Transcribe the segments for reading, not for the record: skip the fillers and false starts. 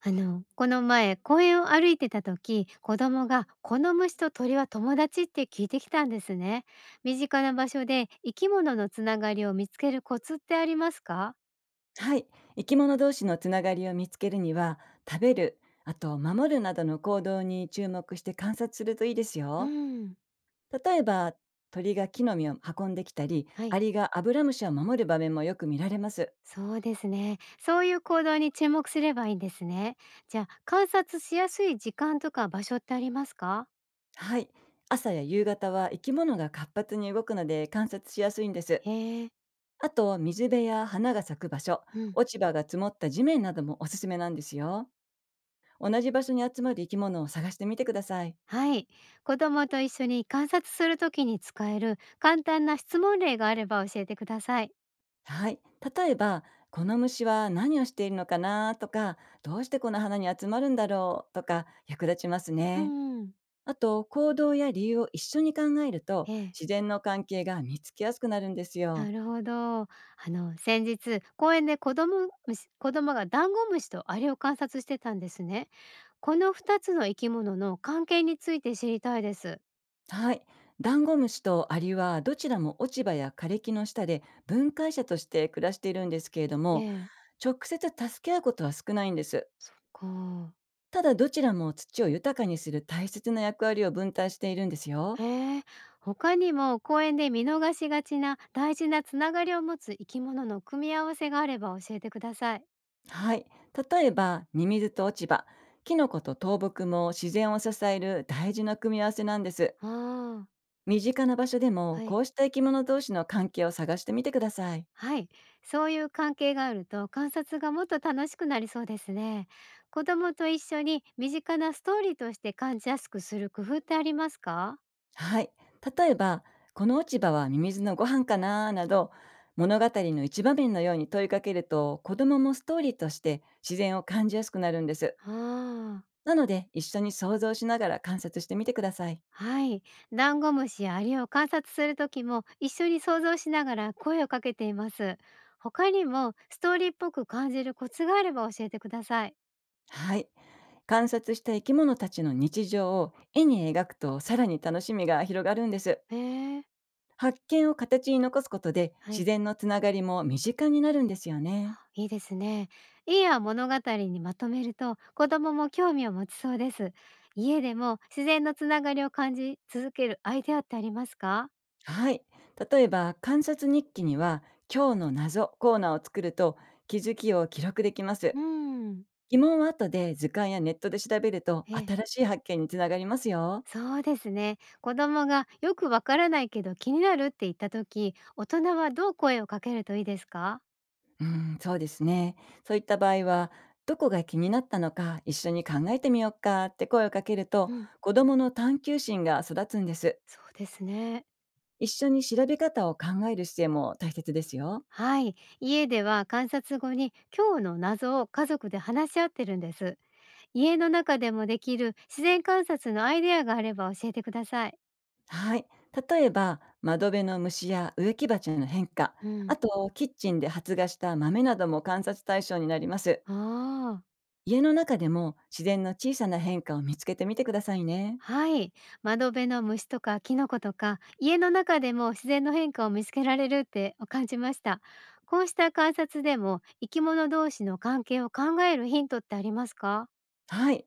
この前、公園を歩いてた時、子供がこの虫と鳥は友達って聞いてきたんですね。身近な場所で生き物のつながりを見つけるコツってありますか？はい。生き物同士のつながりを見つけるには、食べる、あと守るなどの行動に注目して観察するといいですうよ。ん、例えば、鳥が木の実を運んできたり、はアい。リがアブラムシを守る場面もよく見られます。そうですね。そういう行動に注目すればいいんですね。じゃあ、観察しやすい時間とか場所ってありますか？はい。朝や夕方は生き物が活発に動くので、観察しやすいんです。へえ、あと、水辺や花が咲く場所、うん。落ち葉が積もった地面などもおすすめなんですよ。同じ場所に集まる生き物を探してみてください。はい。子供と一緒に観察するときに使える簡単な質問例があれば教えてください。はい。例えば、この虫は何をしているのかなとか、どうしてこの花に集まるんだろうとか、役立ちますうね。んうん。あと、行動や理由を一緒に考えると、ええ、自然の関係が見つけやすくなるんですなよ。るほど。先日公園で子供がダンゴムシとアリを観察してたんですね。この二つの生き物の関係について知りたいです。はい。ダンゴムシとアリはどちらも落ち葉や枯れ木の下で分解者として暮らしているんですけれどえも、え、直接助け合うことは少ないんです。そっか。ただ、どちらも土を豊かにする大切な役割を分担しているんですよ。へえ、他にも公園で見逃しがちな大事なつながりを持つ生き物の組み合わせがあれば教えてください。はい。例えば、ミミズと落ち葉、キノコと倒木も自然を支える大事な組み合わせなんです。ああ、身近な場所でも、はこい。うした生き物同士の関係を探してみてください。はい、そういう関係があると観察がもっと楽しくなりそうですね。子供と一緒に身近なストーリーとして感じやすくする工夫ってありますか？はい。例えば、この落ち葉はミミズのご飯かななど、物語の一場面のように問いかけると、子供もストーリーとして自然を感じやすくなるんです。ああ、なので、一緒に想像しながら観察してみてください。はい。ダンゴムシやアリを観察する時も一緒に想像しながら声をかけています。他にもストーリーっぽく感じるコツがあれば教えてください。はい。観察した生き物たちの日常を絵に描くと、さらに楽しみが広がるんです。へえ、発見を形に残すことで、は自い。然のつながりも身近になるんですよね。いいですね。絵や物語にまとめると子供も興味を持ちそうです。家でも自然のつながりを感じ続けるアイデアってありますか？はい。例えば、観察日記には今日の謎コーナーを作ると、気づきを記録できまうす。ん、疑問は後で図鑑やネットで調べると、え、新しい発見につながりますよ。そうですね。子供がよくわからないけど気になるって言った時、大人はどう声をかけるといいですか？うそうですね。そういった場合は、どこが気になったのか一緒に考えてみようかって声をかけるうと、ん、子供の探求心が育つんです。そうですね。一緒に調べ方を考える姿勢も大切ですよ。はい。家では観察後に今日の謎を家族で話し合ってるんです。家の中でもできる自然観察のアイデアがあれば教えてください。はい。例えば、窓辺の虫や植木鉢の変化、うあん。と、キッチンで発芽した豆なども観察対象になります。ああ、家の中でも自然の小さな変化を見つけてみてくださいね。はい。窓辺の虫とかキノコとか、家の中でも自然の変化を見つけられるって感じました。こうした観察でも、生き物同士の関係を考えるヒントってありますか？はい。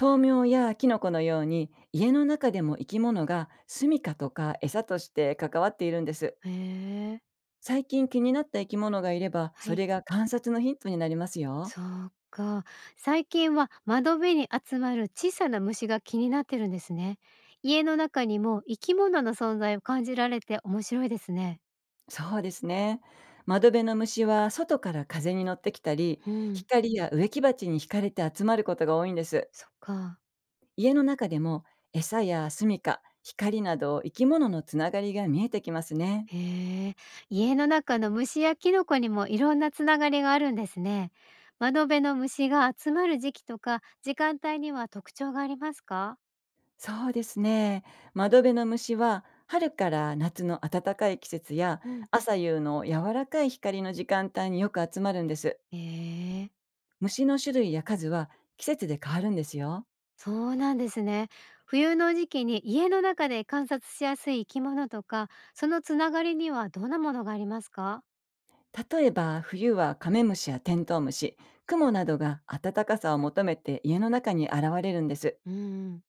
豆苗やキノコのように、家の中でも生き物が住処とか餌として関わっているんです。へえ、最近気になった生き物がいれば、はそい。れが観察のヒントになりますよ。そうか。最近は窓辺に集まる小さな虫が気になってるんですね。家の中にも生き物の存在を感じられて面白いですね。そうですね。窓辺の虫は外から風に乗ってきたり、うん、光や植木鉢に惹かれて集まることが多いんです。そっか。家の中でも、餌や住処、光など、生き物のつながりが見えてきますね。へえ、家の中の虫やキノコにもいろんなつながりがあるんですね。窓辺の虫が集まる時期とか時間帯には特徴がありますか？そうですね。窓辺の虫は春から夏の暖かい季節や、うん、朝夕の柔らかい光の時間帯によく集まるんです。へえ、虫の種類や数は、季節で変わるんですよ。そうなんですね。冬の時期に家の中で観察しやすい生き物とか、そのつながりにはどんなものがありますか？例えば、冬はカメムシやテントウムシ、クモなどが暖かさを求めて家の中に現れるんです。うん、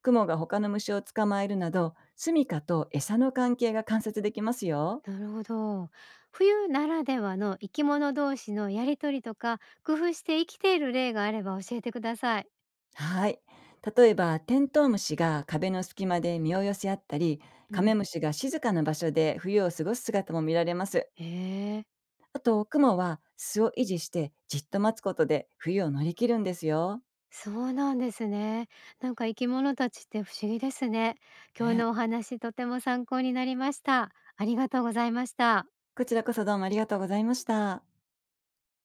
クモが他の虫を捕まえるなど、住処と餌の関係が観察できますよ。なるほど。冬ならではの生き物同士のやりとりとか、工夫して生きている例があれば教えてください。はい。例えば、テントウムシが壁の隙間で身を寄せ合ったり、うカん。メムシが静かな場所で冬を過ごす姿も見られます。へえ。あと、クモは巣を維持してじっと待つことで冬を乗り切るんですよ。そうなんですね。なんか生き物たちって不思議ですね。今日ね。のお話とても参考になりました。ありがとうございました。こちらこそ、どうもありがとうございました。